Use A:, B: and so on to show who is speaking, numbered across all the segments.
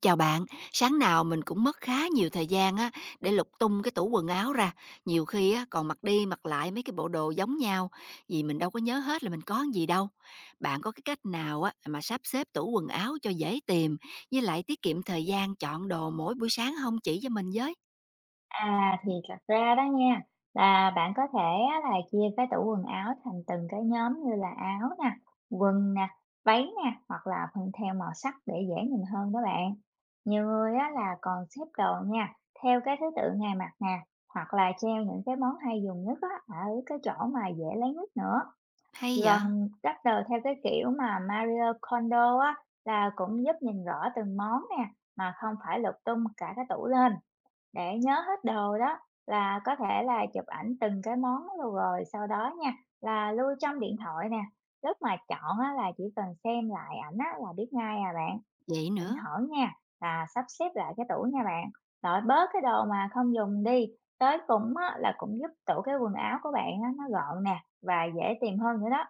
A: Chào bạn, sáng nào mình cũng mất khá nhiều thời gian á để lục tung cái tủ quần áo ra, nhiều khi á còn mặc đi mặc lại mấy cái bộ đồ giống nhau, vì mình đâu có nhớ hết là mình có cái gì đâu. Bạn có cái cách nào á mà sắp xếp tủ quần áo cho dễ tìm, với lại tiết kiệm thời gian chọn đồ mỗi buổi sáng không chỉ cho mình với?
B: À, thì thật ra đó nha, là bạn có thể á là chia cái tủ quần áo thành từng cái nhóm như là áo nè, quần nè, váy nè, hoặc là phân theo màu sắc để dễ nhìn hơn đó bạn. Nhiều người á là còn xếp đồ nha, theo cái thứ tự ngày mặc nè, hoặc là treo những cái món hay dùng nhất á, ở cái chỗ mà dễ lấy nhất nữa.
A: Hay vậy?
B: Gần đắp đồ theo cái kiểu mà Mario Kondo á, là cũng giúp nhìn rõ từng món nè, mà không phải lục tung cả cái tủ lên. Để nhớ hết đồ đó là có thể là chụp ảnh từng cái món luôn rồi sau đó nha là lưu trong điện thoại nè. Lúc mà chọn á, là chỉ cần xem lại ảnh á, là biết ngay à bạn.
A: Vậy
B: Thỉnh
A: nữa.
B: thoảng nha là sắp xếp lại cái tủ nha bạn. Loại bớt cái đồ mà không dùng đi. Tới cũng á, là cũng giúp tủ cái quần áo của bạn á, nó gọn nè và dễ tìm hơn nữa đó.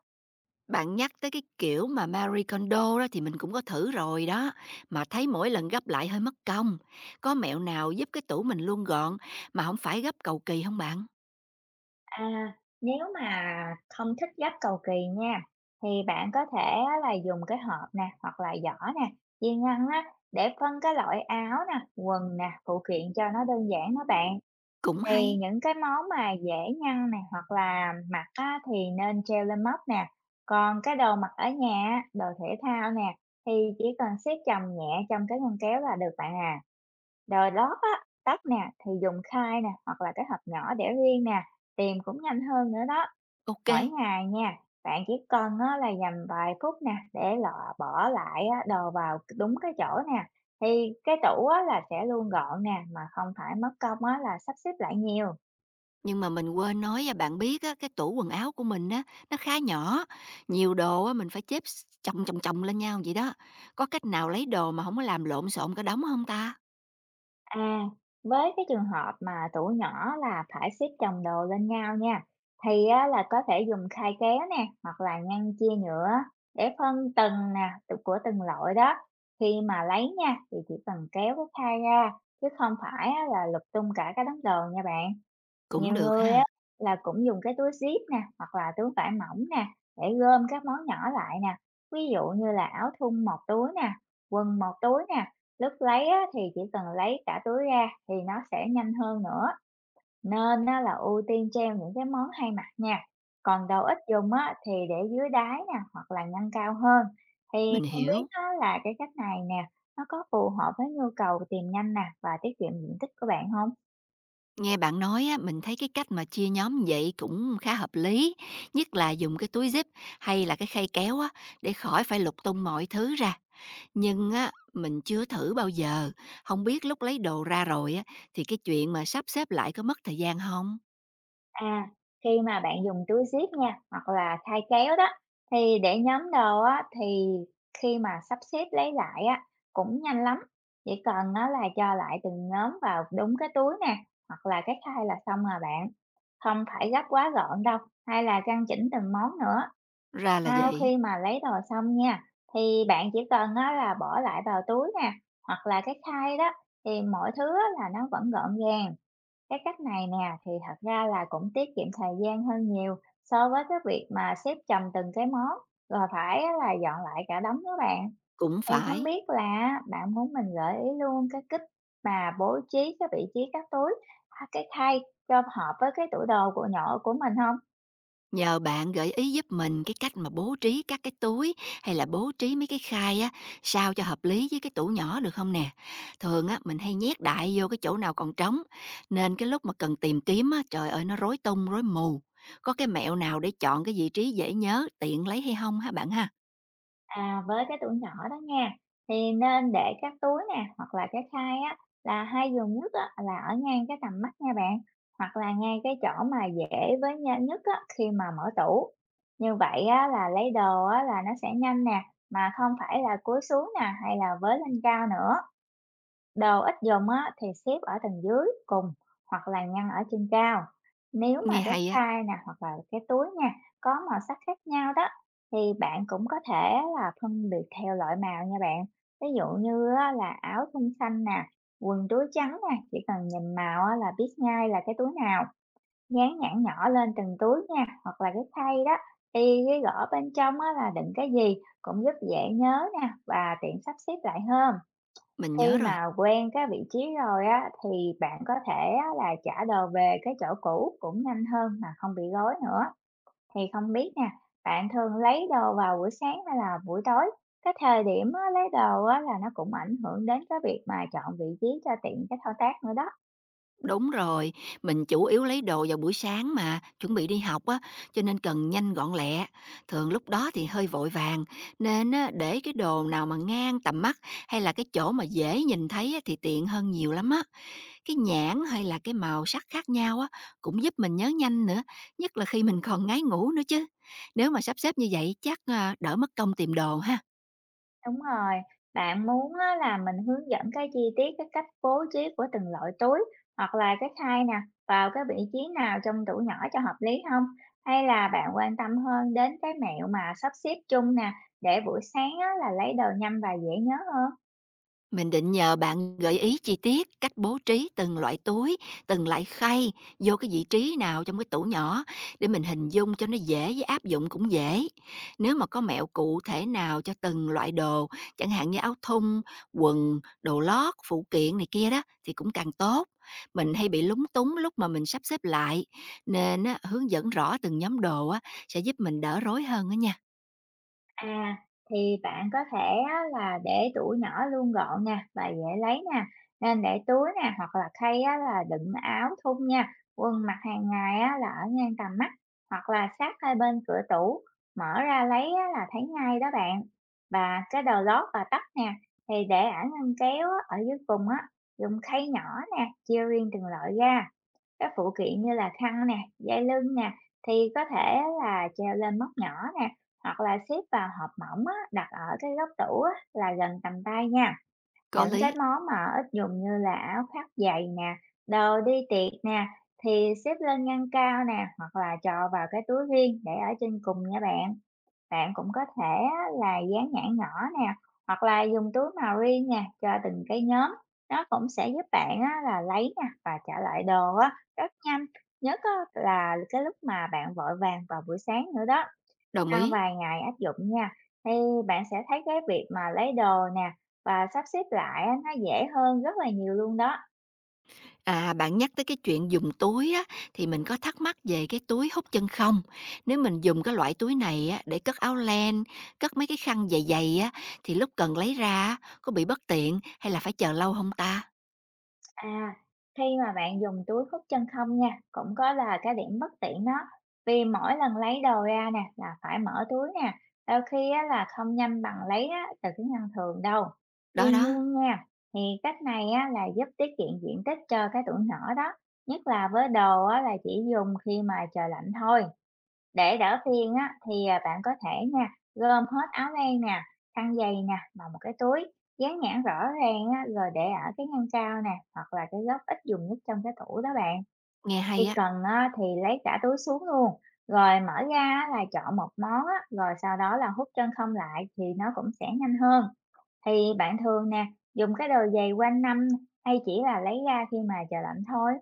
A: Bạn nhắc tới cái kiểu mà Marie Kondo đó thì mình cũng có thử rồi đó, mà thấy mỗi lần gấp lại hơi mất công. Có mẹo nào giúp cái tủ mình luôn gọn mà không phải gấp cầu kỳ không bạn?
B: À, Nếu mà không thích gấp cầu kỳ nha, thì bạn có thể á là dùng cái hộp nè, hoặc là giỏ nè, viên ngăn á, để phân cái loại áo nè, quần nè, phụ kiện cho nó đơn giản đó bạn.
A: Cũng
B: Thì
A: hay.
B: những cái món mà dễ ngăn nè, hoặc là mặc á, thì nên treo lên móc nè. Còn cái đồ mặc ở nhà, á, đồ thể thao nè, thì chỉ cần siết chồng nhẹ trong cái ngăn kéo là được bạn à. Rồi lót á, tóc nè thì dùng khai nè hoặc là cái hộp nhỏ để riêng nè, tìm cũng nhanh hơn nữa đó.
A: Ok,
B: Mỗi ngày nha, bạn chỉ cần á, là dành vài phút nè để lọ bỏ lại á, đồ vào đúng cái chỗ nè. Thì cái tủ á, là sẽ luôn gọn nè mà không phải mất công á, là sắp xếp lại nhiều.
A: nhưng mà mình quên nói và bạn biết á, cái tủ quần áo của mình á nó khá nhỏ, nhiều đồ á mình phải chồng chồng chồng lên nhau vậy đó. Có cách nào lấy đồ mà không có làm lộn xộn cả đống không ta?
B: À, với cái trường hợp mà tụi nhỏ là phải xếp chồng đồ lên nhau nha, thì á, là có thể dùng khay kéo nè, hoặc là ngăn chia nhựa để phân từng nè, của từng loại đó. Khi mà lấy nha, thì chỉ cần kéo cái khay ra, chứ không phải á, là lục tung cả cái đống đồ nha bạn.
A: Cũng
B: Nhiều
A: được
B: người á
A: ha.
B: là cũng dùng cái túi zip nè, hoặc là túi vải mỏng nè, để gom các món nhỏ lại nè. Ví dụ như là áo thun một túi nè, quần một túi nè. Lúc lấy á, thì chỉ cần lấy cả túi ra thì nó sẽ nhanh hơn nữa. Nên á, là ưu tiên treo những cái món hay mặc nha. Còn đồ ít dùng á, thì để dưới đáy nè, hoặc là ngăn cao hơn. Thì
A: Mình
B: không biết
A: hiểu.
B: á, là cái cách này nè, nó có phù hợp với nhu cầu tìm nhanh nè và tiết kiệm diện tích của bạn không?
A: Nghe bạn nói á, mình thấy cái cách mà chia nhóm như vậy cũng khá hợp lý, nhất là dùng cái túi zip hay là cái khay kéo á, để khỏi phải lục tung mọi thứ ra. Nhưng á, mình chưa thử bao giờ, không biết lúc lấy đồ ra rồi á, thì cái chuyện mà sắp xếp lại có mất thời gian không?
B: À, Khi mà bạn dùng túi zip nha, hoặc là thai kéo đó, thì để nhóm đồ á, thì khi mà sắp xếp lấy lại á, cũng nhanh lắm. Chỉ cần á, là cho lại từng nhóm vào đúng cái túi nè, hoặc là cái thai là xong rồi bạn. Không phải gấp quá gọn đâu, hay là căn chỉnh từng món nữa.
A: Ra là
B: Sau
A: vậy,
B: khi mà lấy đồ xong nha, thì bạn chỉ cần á, là bỏ lại vào túi nè, hoặc là cái thai đó, thì mọi thứ á, là nó vẫn gọn gàng. Cái cách này nè thì thật ra là cũng tiết kiệm thời gian hơn nhiều so với cái việc mà xếp chồng từng cái món rồi phải á là dọn lại cả đống đó bạn.
A: cũng
B: Thì không
A: phải.
B: biết là bạn muốn mình gợi ý luôn cái cách mà bố trí cái vị trí các túi, à, cái khay cho hợp với cái tủ đồ của nhỏ của mình không?
A: Nhờ bạn gợi ý giúp mình cái cách mà bố trí các cái túi hay là bố trí mấy cái khay á, sao cho hợp lý với cái tủ nhỏ được không nè? Thường á, mình hay nhét đại vô cái chỗ nào còn trống, nên cái lúc mà cần tìm kiếm á, trời ơi nó rối tung, rối mù. Có cái mẹo nào để chọn cái vị trí dễ nhớ, tiện lấy hay không hả bạn ha?
B: Với cái tuổi nhỏ đó nha, thì nên để các túi nè, hoặc là cái khay á, là hay dùng nhất á, là ở ngang cái tầm mắt nha bạn, hoặc là ngay cái chỗ mà dễ với nha nhất á, khi mà mở tủ. Như vậy á, là lấy đồ á, là nó sẽ nhanh nè, mà không phải là cúi xuống nè, hay là với lên cao nữa. Đồ ít dùng á, thì xếp ở tầng dưới cùng hoặc là ngăn ở trên cao. Nếu mà
A: Nghe
B: cái
A: hay á,
B: thai nè hoặc là cái túi nha có màu sắc khác nhau đó thì bạn cũng có thể là phân biệt theo loại màu nha bạn. Ví dụ như á, là áo thun xanh nè, quần túi trắng nè, chỉ cần nhìn màu á, là biết ngay là cái túi nào. Dán nhãn nhỏ lên từng túi nha hoặc là cái khay đó thì ghi rõ bên trong á, là đựng cái gì cũng giúp dễ nhớ nè và tiện sắp xếp lại hơn.
A: mình nhớ
B: Khi
A: rồi.
B: mà quen cái vị trí rồi á, thì bạn có thể á là trả đồ về cái chỗ cũ cũng nhanh hơn mà không bị gói nữa. Thì không biết nè, bạn thường lấy đồ vào buổi sáng hay là buổi tối? Cái thời điểm á, lấy đồ á, là nó cũng ảnh hưởng đến cái việc mà chọn vị trí cho tiện cái thao tác nữa đó.
A: Đúng rồi, mình chủ yếu lấy đồ vào buổi sáng mà, chuẩn bị đi học á, cho nên cần nhanh gọn lẹ. Thường lúc đó thì hơi vội vàng, nên á, để cái đồ nào mà ngang tầm mắt hay là cái chỗ mà dễ nhìn thấy á, thì tiện hơn nhiều lắm á. Cái nhãn hay là cái màu sắc khác nhau á, cũng giúp mình nhớ nhanh nữa, nhất là khi mình còn ngái ngủ nữa chứ. Nếu mà sắp xếp như vậy chắc à, đỡ mất công tìm đồ ha.
B: Đúng rồi, bạn muốn á là mình hướng dẫn cái chi tiết cái cách bố trí của từng loại túi hoặc là cái khay nè, vào cái vị trí nào trong tủ nhỏ cho hợp lý không? Hay là bạn quan tâm hơn đến cái mẹo mà sắp xếp chung nè, để buổi sáng á là lấy đồ nhanh và dễ nhớ hơn?
A: Mình định nhờ bạn gợi ý chi tiết cách bố trí từng loại túi, từng loại khay vô cái vị trí nào trong cái tủ nhỏ để mình hình dung cho nó dễ với áp dụng cũng dễ. Nếu mà có mẹo cụ thể nào cho từng loại đồ, chẳng hạn như áo thun, quần, đồ lót, phụ kiện này kia đó thì cũng càng tốt. Mình hay bị lúng túng lúc mà mình sắp xếp lại nên á, hướng dẫn rõ từng nhóm đồ á, sẽ giúp mình đỡ rối hơn đó nha.
B: À, thì bạn có thể á là để tủ nhỏ luôn gọn nè và dễ lấy nè, nên để túi nè hoặc là khay á là đựng áo thun nha, quần mặc hàng ngày á là ở ngang tầm mắt hoặc là sát hai bên cửa tủ, mở ra lấy á là thấy ngay đó bạn. Và cái đồ lót và tóc nè thì để ở ngăn kéo á, ở dưới cùng á, dùng khay nhỏ nè, chia riêng từng loại ra. Các phụ kiện như là khăn nè, dây lưng nè, thì có thể là treo lên móc nhỏ nè, hoặc là xếp vào hộp mỏng á, đặt ở cái góc tủ á, là gần tầm tay nha.
A: Có
B: Những cái
A: lý,
B: món mà ít dùng như là áo khoác dày nè, đồ đi tiệc nè, thì xếp lên ngăn cao nè, hoặc là cho vào cái túi riêng để ở trên cùng nha bạn. Bạn cũng có thể á, là dán nhãn nhỏ nè, hoặc là dùng túi màu riêng nè cho từng cái nhóm. Nó cũng sẽ giúp bạn á, là lấy nè và trả lại đồ á, rất nhanh. Nhất á, là cái lúc mà bạn vội vàng vào buổi sáng nữa đó.
A: đồng
B: Sau
A: ý.
B: vài ngày áp dụng nha, thì bạn sẽ thấy cái việc mà lấy đồ nè và sắp xếp lại á, nó dễ hơn rất là nhiều luôn đó.
A: À, bạn nhắc tới cái chuyện dùng túi á, thì mình có thắc mắc về cái túi hút chân không? Nếu mình dùng cái loại túi này á, để cất áo len, cất mấy cái khăn dày dày á, thì lúc cần lấy ra á, có bị bất tiện hay là phải chờ lâu không ta?
B: À, Khi mà bạn dùng túi hút chân không nha, cũng có là cái điểm bất tiện đó. Vì mỗi lần lấy đồ ra nè là phải mở túi nè, đôi khi á, là không nhanh bằng lấy á, từ cái ngăn thường đâu. Tuy
A: Đó đó,
B: nhiên nha, thì cách này á, là giúp tiết kiệm diện tích cho cái tủ nhỏ đó, nhất là với đồ á, là chỉ dùng khi mà trời lạnh thôi. Để đỡ phiền á, thì, bạn có thể nha, gom hết áo len nè, khăn giày nè vào một cái túi, dán nhãn rõ ràng á, rồi để ở cái ngăn cao nè, hoặc là cái góc ít dùng nhất trong cái tủ đó bạn.
A: nghe hay
B: Khi
A: á.
B: cần á, thì lấy cả túi xuống luôn, rồi mở ra á, là chọn một món á, rồi sau đó là hút chân không lại thì nó cũng sẽ nhanh hơn. Thì bạn thường nè, dùng cái đồ giày quanh năm hay chỉ là lấy ra khi mà trời lạnh thôi?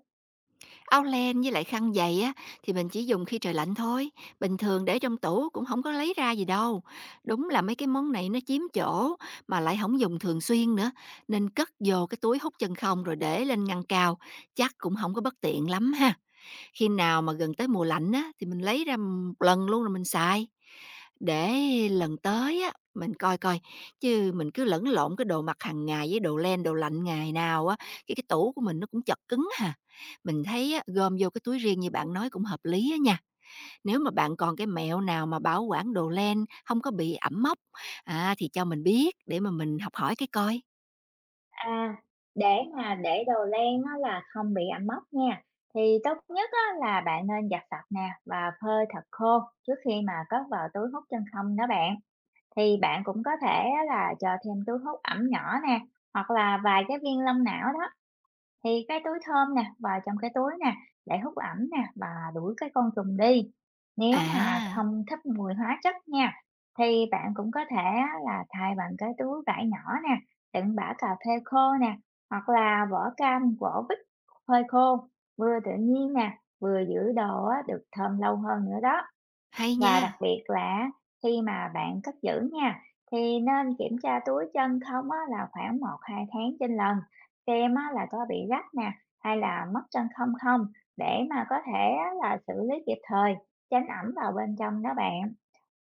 A: Áo len với lại khăn giày á, thì mình chỉ dùng khi trời lạnh thôi, bình thường để trong tủ cũng không có lấy ra gì đâu. Đúng là mấy cái món này nó chiếm chỗ mà lại không dùng thường xuyên nữa, nên cất vô cái túi hút chân không rồi để lên ngăn cao, chắc cũng không có bất tiện lắm ha. Khi nào mà gần tới mùa lạnh á, thì mình lấy ra một lần luôn rồi mình xài, để lần tới á, mình coi coi, chứ mình cứ lẫn lộn cái đồ mặc hàng ngày với đồ len, đồ lạnh ngày nào á, cái tủ của mình nó cũng chật cứng hà. Mình thấy á, gom vô cái túi riêng như bạn nói cũng hợp lý á nha. Nếu mà bạn còn cái mẹo nào mà bảo quản đồ len không có bị ẩm mốc, à, thì cho mình biết để mà mình học hỏi cái coi.
B: À, để mà để đồ len á là không bị ẩm mốc nha, thì tốt nhất á là bạn nên giặt sạch nè và phơi thật khô trước khi mà cất vào túi hút chân không đó bạn. Thì bạn cũng có thể á là cho thêm túi hút ẩm nhỏ nè, hoặc là vài cái viên lông não đó thì cái túi thơm nè, vào trong cái túi nè, để hút ẩm nè và đuổi cái côn trùng đi. Nếu mà
A: À,
B: không thích mùi hóa chất nha, thì bạn cũng có thể á là thay bằng cái túi vải nhỏ nè, đựng bã cà phê khô nè, hoặc là vỏ cam, vỏ bích, phơi khô, vừa tự nhiên nè, vừa giữ đồ á được thơm lâu hơn nữa đó.
A: hay
B: Và đặc
A: nha!
B: biệt là khi mà bạn cất giữ nha, thì nên kiểm tra túi chân không á là khoảng một hai tháng trên lần, xem á là có bị rách nè, hay là mất chân không không, để mà có thể á là xử lý kịp thời, tránh ẩm vào bên trong đó bạn.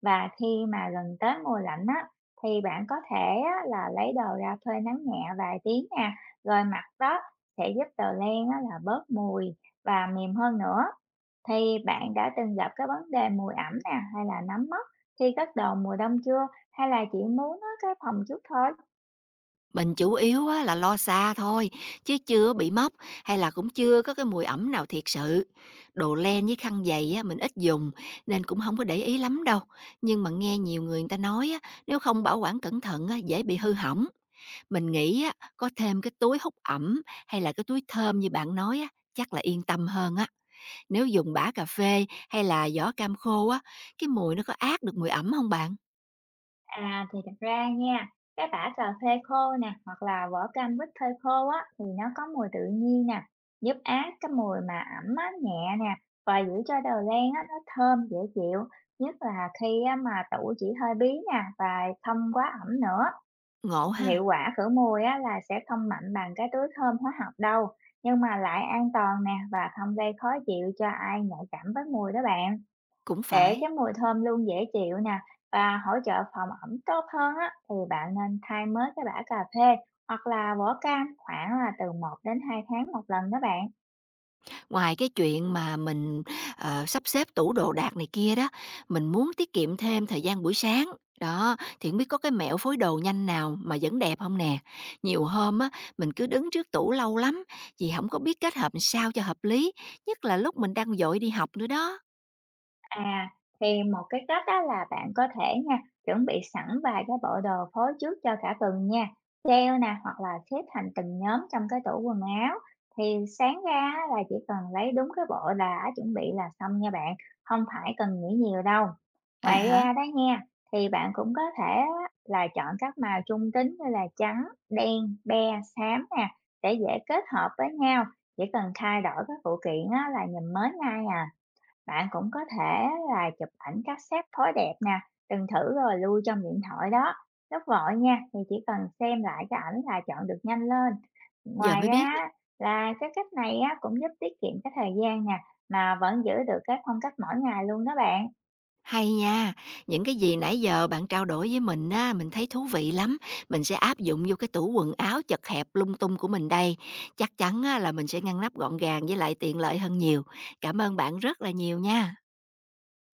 B: Và khi mà gần tới mùa lạnh á, thì bạn có thể á là lấy đồ ra phơi nắng nhẹ vài tiếng nè, rồi mặc đó sẽ giúp tờ len á là bớt mùi và mềm hơn nữa. Thì bạn đã từng gặp cái vấn đề mùi ẩm nè, hay là nấm mốc khi bắt đầu mùa đông chưa? Hay là chỉ muốn á, cái phòng trước thôi?
A: Mình chủ yếu á là lo xa thôi, chứ chưa bị mốc hay là cũng chưa có cái mùi ẩm nào thiệt sự. Đồ len với khăn giày á, mình ít dùng nên cũng không có để ý lắm đâu. Nhưng mà nghe nhiều người người ta nói á, nếu không bảo quản cẩn thận á, dễ bị hư hỏng. Mình nghĩ á, có thêm cái túi hút ẩm hay là cái túi thơm như bạn nói á, chắc là yên tâm hơn á. Nếu dùng bã cà phê hay là giỏ cam khô á, cái mùi nó có át được mùi ẩm không bạn?
B: À thì thật ra nha, cái bã cà phê khô nè, hoặc là vỏ cam quýt phơi khô á, thì nó có mùi tự nhiên nè, giúp át cái mùi mà ẩm á, nhẹ nè, và giữ cho đầu lan á, nó thơm dễ chịu, nhất là khi á, mà tủ chỉ hơi bí nè, và không quá ẩm nữa.
A: Ngộ ha,
B: Hiệu quả khử mùi á, là sẽ không mạnh bằng cái túi thơm hóa học đâu, nhưng mà lại an toàn nè và không gây khó chịu cho ai nhạy cảm với mùi đó bạn.
A: cũng
B: Để
A: phải.
B: cái mùi thơm luôn dễ chịu nè và hỗ trợ phòng ẩm tốt hơn á, thì bạn nên thay mới cái bã cà phê hoặc là vỏ cam khoảng là từ một đến 2 tháng một lần đó bạn.
A: Ngoài cái chuyện mà mình, sắp xếp tủ đồ đạc này kia đó, mình muốn tiết kiệm thêm thời gian buổi sáng. Đó, thì hổng biết có cái mẹo phối đồ nhanh nào mà vẫn đẹp không nè? Nhiều hôm á, mình cứ đứng trước tủ lâu lắm, vì không có biết kết hợp làm sao cho hợp lý, nhất là lúc mình đang vội đi học nữa đó.
B: À, thì một cái cách đó là bạn có thể nha, chuẩn bị sẵn vài cái bộ đồ phối trước cho cả tuần nha. Treo nè, hoặc là xếp thành từng nhóm trong cái tủ quần áo. Thì sáng ra á, là chỉ cần lấy đúng cái bộ đã chuẩn bị là xong nha bạn, không phải cần nghĩ nhiều đâu.
A: À
B: Ngoài
A: hả?
B: ra đó nha, thì bạn cũng có thể á, là chọn các màu trung tính như là trắng, đen, be, xám nè, để dễ kết hợp với nhau. Chỉ cần thay đổi các phụ kiện á, là nhìn mới ngay à bạn cũng có thể là chụp ảnh cassette phối đẹp nè, từng thử rồi lưu trong điện thoại đó. Lúc vội nha, thì chỉ cần xem lại cái ảnh là chọn được nhanh lên.
A: Giờ
B: Ngoài
A: mới biết.
B: ra là cái cách này á, cũng giúp tiết kiệm cái thời gian nè, mà vẫn giữ được cái phong cách mỗi ngày luôn đó bạn.
A: Hay nha, những cái gì nãy giờ bạn trao đổi với mình á, mình thấy thú vị lắm. Mình sẽ áp dụng vô cái tủ quần áo chật hẹp lung tung của mình đây. Chắc chắn á, là mình sẽ ngăn nắp gọn gàng với lại tiện lợi hơn nhiều. Cảm ơn bạn rất là nhiều nha.